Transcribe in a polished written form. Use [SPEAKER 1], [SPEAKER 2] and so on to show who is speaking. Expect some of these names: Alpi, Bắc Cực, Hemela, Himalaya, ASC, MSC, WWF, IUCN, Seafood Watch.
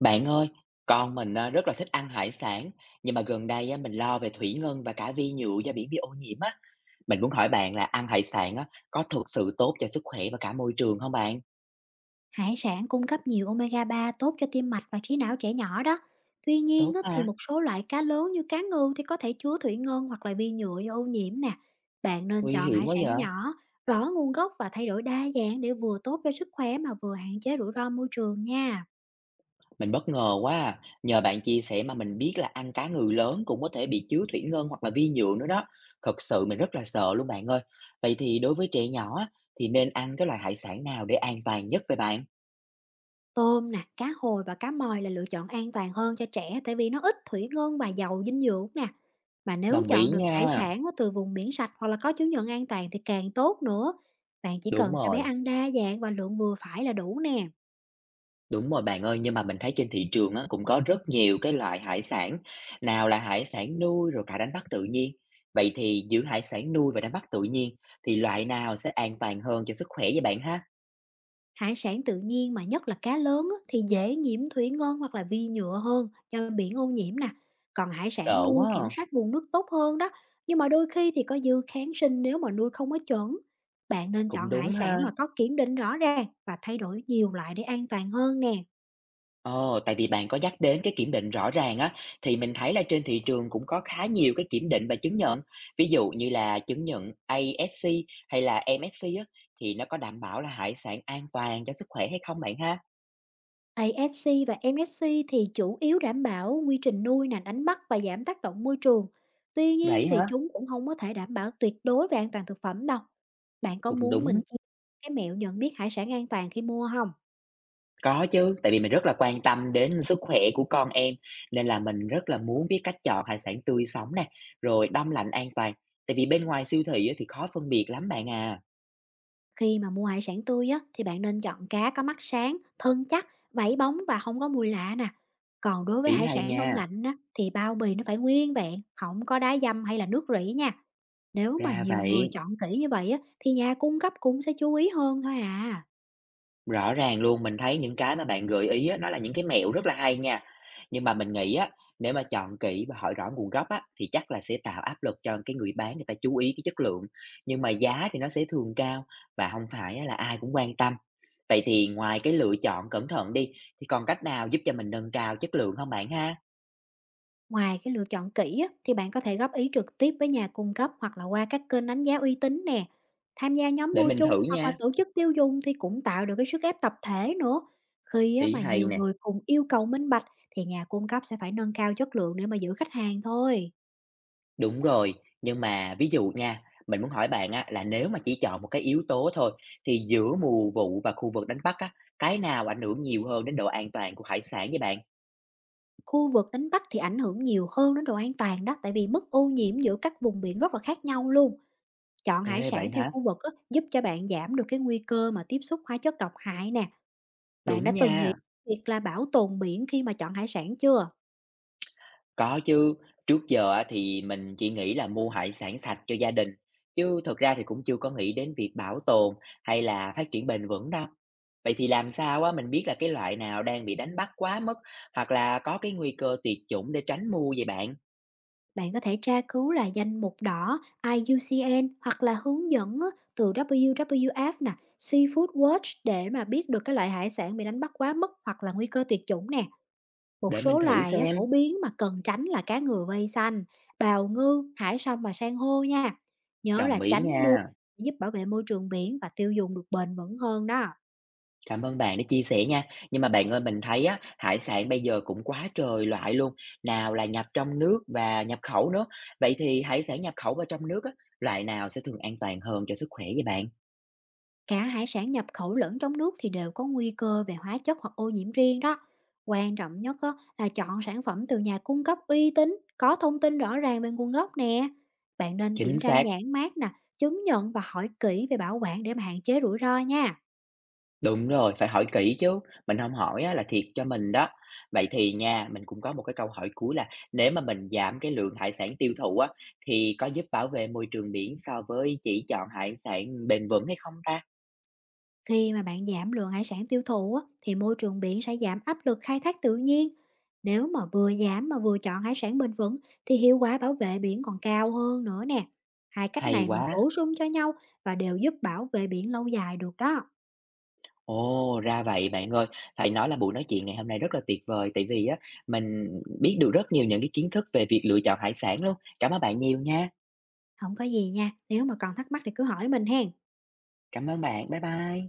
[SPEAKER 1] Bạn ơi, con mình à, rất là thích ăn hải sản, nhưng mà gần đây á, mình lo về thủy ngân và cả vi nhựa do biển bị ô nhiễm á. Mình muốn hỏi bạn là ăn hải sản á, có thực sự tốt cho sức khỏe và cả môi trường không bạn?
[SPEAKER 2] Hải sản cung cấp nhiều omega 3 tốt cho tim mạch và trí não trẻ nhỏ đó. Tuy nhiên
[SPEAKER 1] Tốt
[SPEAKER 2] á, thì
[SPEAKER 1] à,
[SPEAKER 2] một số loại cá lớn như cá ngừ thì có thể chứa thủy ngân hoặc là vi nhựa do ô nhiễm nè. Bạn nên
[SPEAKER 1] nguy
[SPEAKER 2] chọn
[SPEAKER 1] hiểm
[SPEAKER 2] hải
[SPEAKER 1] quá vậy.
[SPEAKER 2] sản nhỏ, rõ nguồn gốc và thay đổi đa dạng để vừa tốt cho sức khỏe mà vừa hạn chế rủi ro môi trường nha.
[SPEAKER 1] Mình bất ngờ quá à. Nhờ bạn chia sẻ mà mình biết là ăn cá ngừ lớn cũng có thể bị chứa thủy ngân hoặc là vi nhựa nữa đó. Thật sự mình rất là sợ luôn bạn ơi. Vậy thì đối với trẻ nhỏ á, thì nên ăn cái loại hải sản nào để an toàn nhất vậy bạn?
[SPEAKER 2] Tôm nè, cá hồi và cá mòi là lựa chọn an toàn hơn cho trẻ tại vì nó ít thủy ngân và giàu dinh dưỡng nè. Mà nếu
[SPEAKER 1] Đồng ý
[SPEAKER 2] chọn được hải
[SPEAKER 1] nha.
[SPEAKER 2] sản á, từ vùng biển sạch hoặc là có chứng nhận an toàn thì càng tốt nữa. Bạn chỉ
[SPEAKER 1] Đúng
[SPEAKER 2] cần cho bé
[SPEAKER 1] rồi.
[SPEAKER 2] ăn đa dạng và lượng vừa phải là đủ nè.
[SPEAKER 1] Đúng rồi bạn ơi, nhưng mà mình thấy trên thị trường á, cũng có rất nhiều cái loại hải sản, nào là hải sản nuôi rồi cả đánh bắt tự nhiên. Vậy thì giữa hải sản nuôi và đánh bắt tự nhiên thì loại nào sẽ an toàn hơn cho sức khỏe vậy bạn ha?
[SPEAKER 2] Hải sản tự nhiên mà nhất là cá lớn á, thì dễ nhiễm thủy ngân hoặc là vi nhựa hơn do biển ô nhiễm nè. Còn hải sản
[SPEAKER 1] Sợ quá
[SPEAKER 2] nuôi kiểm
[SPEAKER 1] à.
[SPEAKER 2] soát nguồn nước tốt hơn đó. Nhưng mà đôi khi thì có dư kháng sinh nếu mà nuôi không có chuẩn. Bạn nên
[SPEAKER 1] Cũng
[SPEAKER 2] chọn hải
[SPEAKER 1] đúng
[SPEAKER 2] sản
[SPEAKER 1] ha.
[SPEAKER 2] mà có kiểm định rõ ràng và thay đổi nhiều loại để an toàn hơn nè.
[SPEAKER 1] Ồ, tại vì bạn có nhắc đến cái kiểm định rõ ràng á, thì mình thấy là trên thị trường cũng có khá nhiều cái kiểm định và chứng nhận. Ví dụ như là chứng nhận ASC hay là MSC á, thì nó có đảm bảo là hải sản an toàn cho sức khỏe hay không bạn ha?
[SPEAKER 2] ASC và MSC thì chủ yếu đảm bảo quy trình nuôi nè, đánh bắt và giảm tác động môi trường. Tuy
[SPEAKER 1] Vậy
[SPEAKER 2] nhiên thì
[SPEAKER 1] hả?
[SPEAKER 2] chúng cũng không có thể đảm bảo tuyệt đối về an toàn thực phẩm đâu. Bạn có
[SPEAKER 1] Cũng
[SPEAKER 2] muốn
[SPEAKER 1] đúng.
[SPEAKER 2] mình chia cái mẹo nhận biết hải sản an toàn khi mua không?
[SPEAKER 1] Có chứ, tại vì mình rất là quan tâm đến sức khỏe của con em, nên là mình rất là muốn biết cách chọn hải sản tươi sống nè, rồi đông lạnh an toàn, tại vì bên ngoài siêu thị á thì khó phân biệt lắm bạn à.
[SPEAKER 2] Khi mà mua hải sản tươi á, thì bạn nên chọn cá có mắt sáng, thân chắc, vảy bóng và không có mùi lạ nè. Còn đối với
[SPEAKER 1] Ý
[SPEAKER 2] hải
[SPEAKER 1] hay
[SPEAKER 2] sản
[SPEAKER 1] nha,
[SPEAKER 2] đông lạnh á, thì bao bì nó phải nguyên vẹn, không có đá dăm hay là nước rỉ nha. Nếu mà
[SPEAKER 1] ra
[SPEAKER 2] nhiều người
[SPEAKER 1] vậy.
[SPEAKER 2] chọn kỹ như vậy á, thì nhà cung cấp cũng sẽ chú ý hơn thôi à.
[SPEAKER 1] Rõ ràng luôn, mình thấy những cái mà bạn gợi ý á, nó là những cái mẹo rất là hay nha. Nhưng mà mình nghĩ á, nếu mà chọn kỹ và hỏi rõ nguồn gốc á, thì chắc là sẽ tạo áp lực cho cái người bán người ta chú ý cái chất lượng, nhưng mà giá thì nó sẽ thường cao và không phải á là ai cũng quan tâm. Vậy thì ngoài cái lựa chọn cẩn thận đi, thì còn cách nào giúp cho mình nâng cao chất lượng không bạn ha?
[SPEAKER 2] Ngoài cái lựa chọn kỹ á, thì bạn có thể góp ý trực tiếp với nhà cung cấp hoặc là qua các kênh đánh giá uy tín nè. Tham gia nhóm
[SPEAKER 1] Để
[SPEAKER 2] mua
[SPEAKER 1] mình
[SPEAKER 2] chung
[SPEAKER 1] thử
[SPEAKER 2] hoặc là
[SPEAKER 1] nha,
[SPEAKER 2] tổ chức tiêu dùng thì cũng tạo được cái sức ép tập thể nữa. Khi á,
[SPEAKER 1] ý
[SPEAKER 2] mà
[SPEAKER 1] hay
[SPEAKER 2] nhiều
[SPEAKER 1] nè.
[SPEAKER 2] người cùng yêu cầu minh bạch thì nhà cung cấp sẽ phải nâng cao chất lượng để mà giữ khách hàng thôi.
[SPEAKER 1] Đúng rồi, nhưng mà ví dụ nha, mình muốn hỏi bạn á là nếu mà chỉ chọn một cái yếu tố thôi thì giữa mùa vụ và khu vực đánh bắt á, cái nào ảnh hưởng nhiều hơn đến độ an toàn của hải sản với bạn?
[SPEAKER 2] Khu vực đánh bắt thì ảnh hưởng nhiều hơn đến độ an toàn đó tại vì mức ô nhiễm giữa các vùng biển rất là khác nhau luôn. Chọn hải
[SPEAKER 1] Ê vậy
[SPEAKER 2] sản theo
[SPEAKER 1] hả?
[SPEAKER 2] khu vực á, giúp cho bạn giảm được cái nguy cơ mà tiếp xúc hóa chất độc hại nè. Bạn đã
[SPEAKER 1] Đúng
[SPEAKER 2] từng nghĩ
[SPEAKER 1] nha,
[SPEAKER 2] việc là bảo tồn biển khi mà chọn hải sản chưa?
[SPEAKER 1] có chứ. Trước giờ á thì mình chỉ nghĩ là mua hải sản sạch cho gia đình, chứ thực ra thì cũng chưa có nghĩ đến việc bảo tồn hay là phát triển bền vững đâu. Vậy thì làm sao á mình biết là cái loại nào đang bị đánh bắt quá mức hoặc là có cái nguy cơ tuyệt chủng để tránh mua vậy bạn?
[SPEAKER 2] Bạn có thể tra cứu là danh mục đỏ IUCN hoặc là hướng dẫn á, từ WWF nè, Seafood Watch để mà biết được cái loại hải sản bị đánh bắt quá mức hoặc là nguy cơ tuyệt chủng nè. Một
[SPEAKER 1] Để mình
[SPEAKER 2] số
[SPEAKER 1] thử
[SPEAKER 2] loài á,
[SPEAKER 1] xem.
[SPEAKER 2] phổ biến mà cần tránh là cá ngừ vây xanh, bào ngư, hải sâm và san hô nha. Nhớ
[SPEAKER 1] Đồng
[SPEAKER 2] là
[SPEAKER 1] ý
[SPEAKER 2] tránh mua,
[SPEAKER 1] nha,
[SPEAKER 2] giúp bảo vệ môi trường biển và tiêu dùng được bền vững hơn đó.
[SPEAKER 1] cảm ơn bạn đã chia sẻ nha. Nhưng mà bạn ơi, mình thấy á, hải sản bây giờ cũng quá trời loại luôn, nào là nhập trong nước và nhập khẩu nữa. Vậy thì hải sản nhập khẩu vào trong nước á, loại nào sẽ thường an toàn hơn cho sức khỏe vậy bạn?
[SPEAKER 2] Cả hải sản nhập khẩu lẫn trong nước thì đều có nguy cơ về hóa chất hoặc ô nhiễm riêng đó. Quan trọng nhất á, là chọn sản phẩm từ nhà cung cấp uy tín, có thông tin rõ ràng về nguồn gốc nè. Bạn nên
[SPEAKER 1] Chính
[SPEAKER 2] kiểm tra
[SPEAKER 1] xác,
[SPEAKER 2] nhãn mác nè, chứng nhận và hỏi kỹ về bảo quản để mà hạn chế rủi ro nha.
[SPEAKER 1] đúng rồi, phải hỏi kỹ chứ, mình không hỏi á là thiệt cho mình đó. Vậy thì nha, mình cũng có một cái câu hỏi cuối là nếu mà mình giảm cái lượng hải sản tiêu thụ á, thì có giúp bảo vệ môi trường biển so với chỉ chọn hải sản bền vững hay không ta?
[SPEAKER 2] Khi mà bạn giảm lượng hải sản tiêu thụ á, thì môi trường biển sẽ giảm áp lực khai thác tự nhiên. Nếu mà vừa giảm mà vừa chọn hải sản bền vững thì hiệu quả bảo vệ biển còn cao hơn nữa nè. Hai cách
[SPEAKER 1] Hay
[SPEAKER 2] này mà
[SPEAKER 1] quá!
[SPEAKER 2] bổ sung cho nhau và đều giúp bảo vệ biển lâu dài được đó.
[SPEAKER 1] Ồ, ra vậy bạn ơi. Phải nói là buổi nói chuyện ngày hôm nay rất là tuyệt vời, tại vì á, mình biết được rất nhiều những cái kiến thức về việc lựa chọn hải sản luôn. Cảm ơn bạn nhiều nha.
[SPEAKER 2] Không có gì nha, nếu mà còn thắc mắc thì cứ hỏi mình hen.
[SPEAKER 1] Cảm ơn bạn. Bye bye.